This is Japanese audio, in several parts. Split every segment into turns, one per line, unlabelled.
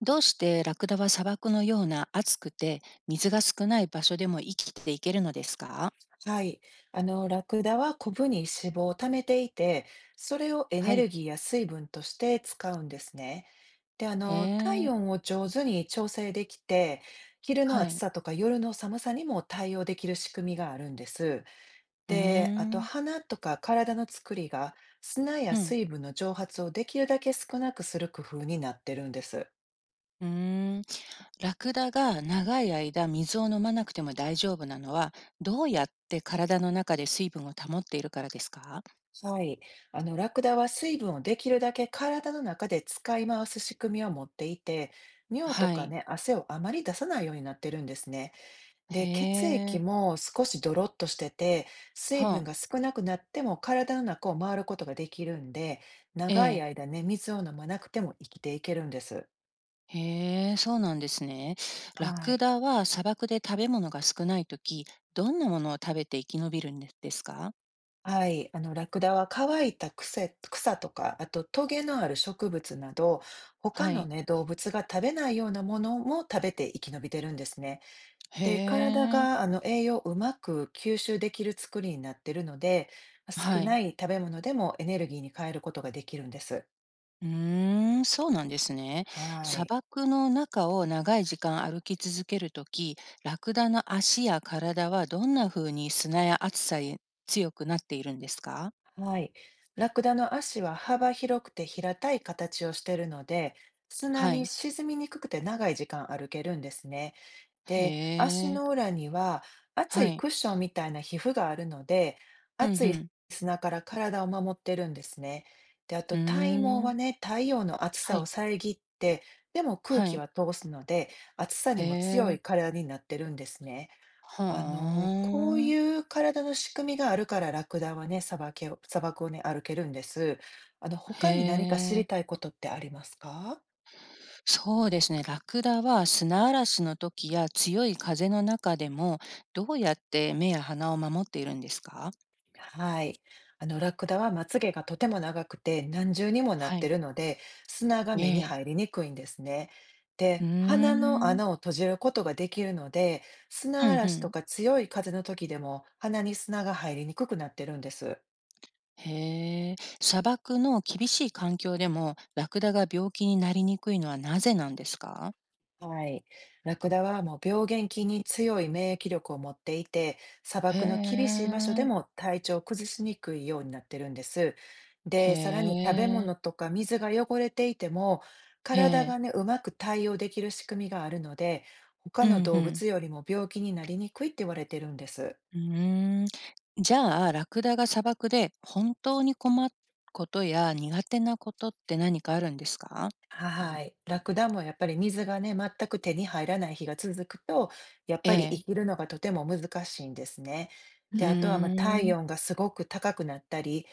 どうしてラクダは砂漠のような暑くて水が少ない場所でも生きていけるのですか？
はい。ラクダはコブに脂肪を貯めていて、それをエ
は
ネ
い。
ルギーや水分として使うんですね。で、
へ
体
え。
温を上手に調整できて、昼の
は
暑
い。
さとか夜の寒さにも対応できる仕組みがあるんです。
うー
で、あと
ん。
鼻とか体の作りが砂や
うん。
水分の蒸発をできるだけ少なくする工夫になってるんです。
うーん。ラクダが長い間水を飲まなくても大丈夫なのは、どうやって体の中で水分を保っているからですか？
はい。ラクダは水分をできるだけ体の中で使い回す仕組みを持っていて、尿と
は
か
い。
ね、汗をあまり出さないようになってるんですね。
へ
で、血液
え。
も少しドロッとしてて、水分
はあ。
が少なくなっても体の中を回ることができるんで、
え
長い
え。
間ね、水を飲まなくても生きていけるんです。
へえ、そうなんですね。ラ
は
ク
い。
ダは砂漠で食べ物が少ないとき、どんなものを食べて生き延びるんですか？
はい、ラクダは乾いた草、とか、あとトゲのある植物など、他
は
の
い。
ね、動物が食べないようなものも食べて生き延びてるんですね。
へ
で、体
え。
が栄養をうまく吸収できる作りになってるので、少
は
な
い。
い食べ物でもエネルギーに変えることができるんです。
うーん、そうなんですね。
は
砂
い。
漠の中を長い時間歩き続けるとき、ラクダの足や体はどんな風に砂や暑さに強くなっているんですか？
はい。ラクダの足は幅広くて平たい形をしているので、砂
は
に
い。
沈みにくくて長い時間歩けるんですね。
へ
で、足
え。
の裏には厚
は
い
い。
クッションみたいな皮膚があるので、
うん
厚
ふ
い
ん。
砂から体を守ってるんですね。で、あ
う
と体毛
ーん。
はね、太陽の暑
は
さを
い。
遮って、でも空
は
気
い。
は通すので、暑さ
へ
にも強
え。
い体になってるんですね。
は
こう
あ。
いう体の仕組みがあるから、ラクダはね、砂漠をね、歩けるんです。
へ
他に何か知り
え。
たいことってありますか？
そうですね。ラクダは砂嵐の時や強い風の中でも、どうやって目や鼻を守っているんですか？
はい。ラクダはまつげがとても長くて何重にもなっ
は
て
い。
るので、砂が
え
目に
え。
入りにくいんですね。
う
で、
ー
鼻の穴
ん。
を閉じることができるので、
う
砂
んう
嵐と
ん。
か強い風の時でも鼻に砂が入りにくくなってるんです。
へえ。砂漠の厳しい環境でも、ラクダが病気になりにくいのはなぜなんですか？
はい。ラクダはもう病原菌に強い免疫力を持っていて、砂
へ
漠の厳しい場所で
え。
も体調を崩しにくいようになってるんです。
へ
で、さらに食べ物
え。
とか水が汚れていても、
え
体
え。
がね、うまく対応できる仕組みがあるので、他
う
の
んう
動
ん。
物よりも病気になりにくいって言われてるんです。
うーん。じゃあ、ラクダが砂漠で本当に困ることや苦手なことって何かあるんですか？
はい。ラクダもやっぱり水がね、全く手に入らない日が続くと、やっ
え
ぱり生
え。
きるのがとても難しいんですね。
う
で、あとはまあ
ー
体
ん。
温がすごく高くなったり、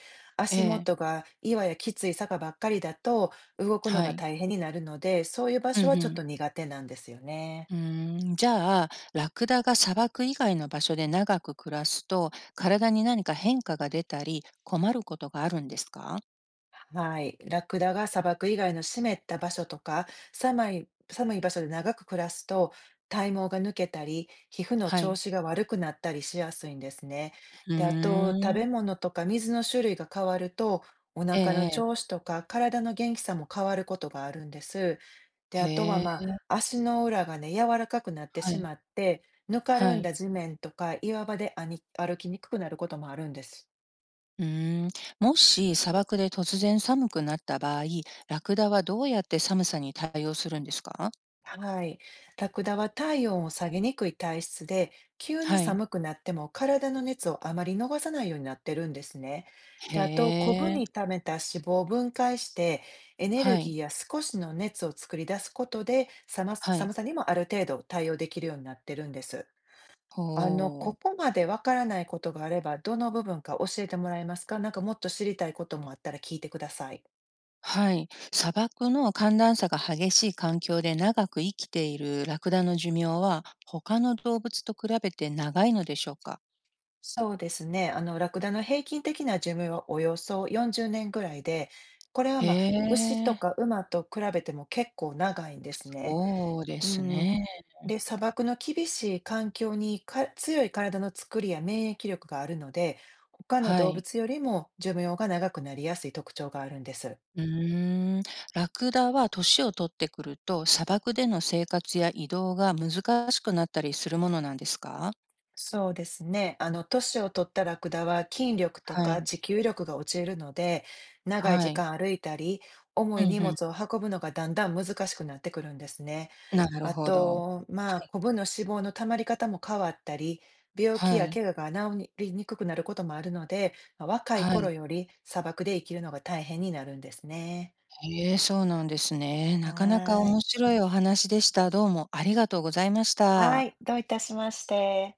え
足
え。
元が岩やきつい坂ばっかりだと動くの
は
が
い。
大変になるので、そういう場
うん
所
う
はちょっ
ん。
と苦手なんですよね。
うーん。じゃあ、ラクダが砂漠以外の場所で長く暮らすと、体に何か変化が出たり、困ることがあるんですか？
はい。ラクダが砂漠以外の湿った場所とか、寒い場所で長く暮らすと、体毛が抜けたり、皮膚の
は
調
い。
子が悪くなったりしやすいんですね。
うー
で、あと、食べ
ん。
物とか水の種類が変わると、お
ええ
腹の
え
調
え。
子とか体の元気さも変わることがあるんです。で、あとは
へ
まあ、
え。
足の裏がね、柔らかくなって
は
し
い。
まって、ぬかる
は
ん
い。
だ地面とか岩場であに歩きにくくなることもあるんです。
うーん。もし砂漠で突然寒くなった場合、ラクダはどうやって寒さに対応するんですか？
はい。ラクダは体温を下げにくい体質で、急に
はい。
寒くなっても体の熱をあまり逃さないようになってるんですね。で、
へ
あと、コブに
え。
溜めた脂肪を分解して、エネル
はい。
ギーや少しの熱を作り出すことで、
はい。
寒さにもある程度対応できるようになってるんです。
ほ
こ
お。
こまでわからないことがあれば、どの部分か教えてもらえますか？なんかもっと知りたいこともあったら聞いてください。
はい。砂漠の寒暖差が激しい環境で長く生きているラクダの寿命は他の動物と比べて長いのでしょうか？
そうですね。ラクダの平均的な寿命はおよそ40年ぐらいで、これは
へ
まあ、牛と
え、
か馬と比べても結構長いんですね。
そうで
う
す
ん。
ね。
で、砂漠の厳しい環境にか強い体の作りや免疫力があるので、他の
は
動
い。
物よりも寿命が長くなりやすい特徴があるんです。
うーん。ラクダは年を取ってくると砂漠での生活や移動が難しくなったりするものなんですか？
そうですね。年を取ったラクダは筋力と
は
か
い。
持久力が落ちるので、長い
は
時
い。
間歩いたり、重
う
い
ん
荷
うん。
物を運ぶのがだんだん難しくなってくるんですね。
なる
あ
ほど。は
と、まあ、
い。
コブの脂肪の溜まり方も変わったり、病気
は
や
い。
怪我が治りにくくなることもあるので、まあ若い
は
頃
い。
より砂漠で生きるのが大変になるんですね。
ええ、そうなんですね。
は
なかなか
ーい。
面白いお話でした。どうもありがとうございまし
は
た。
い。どういたしまして。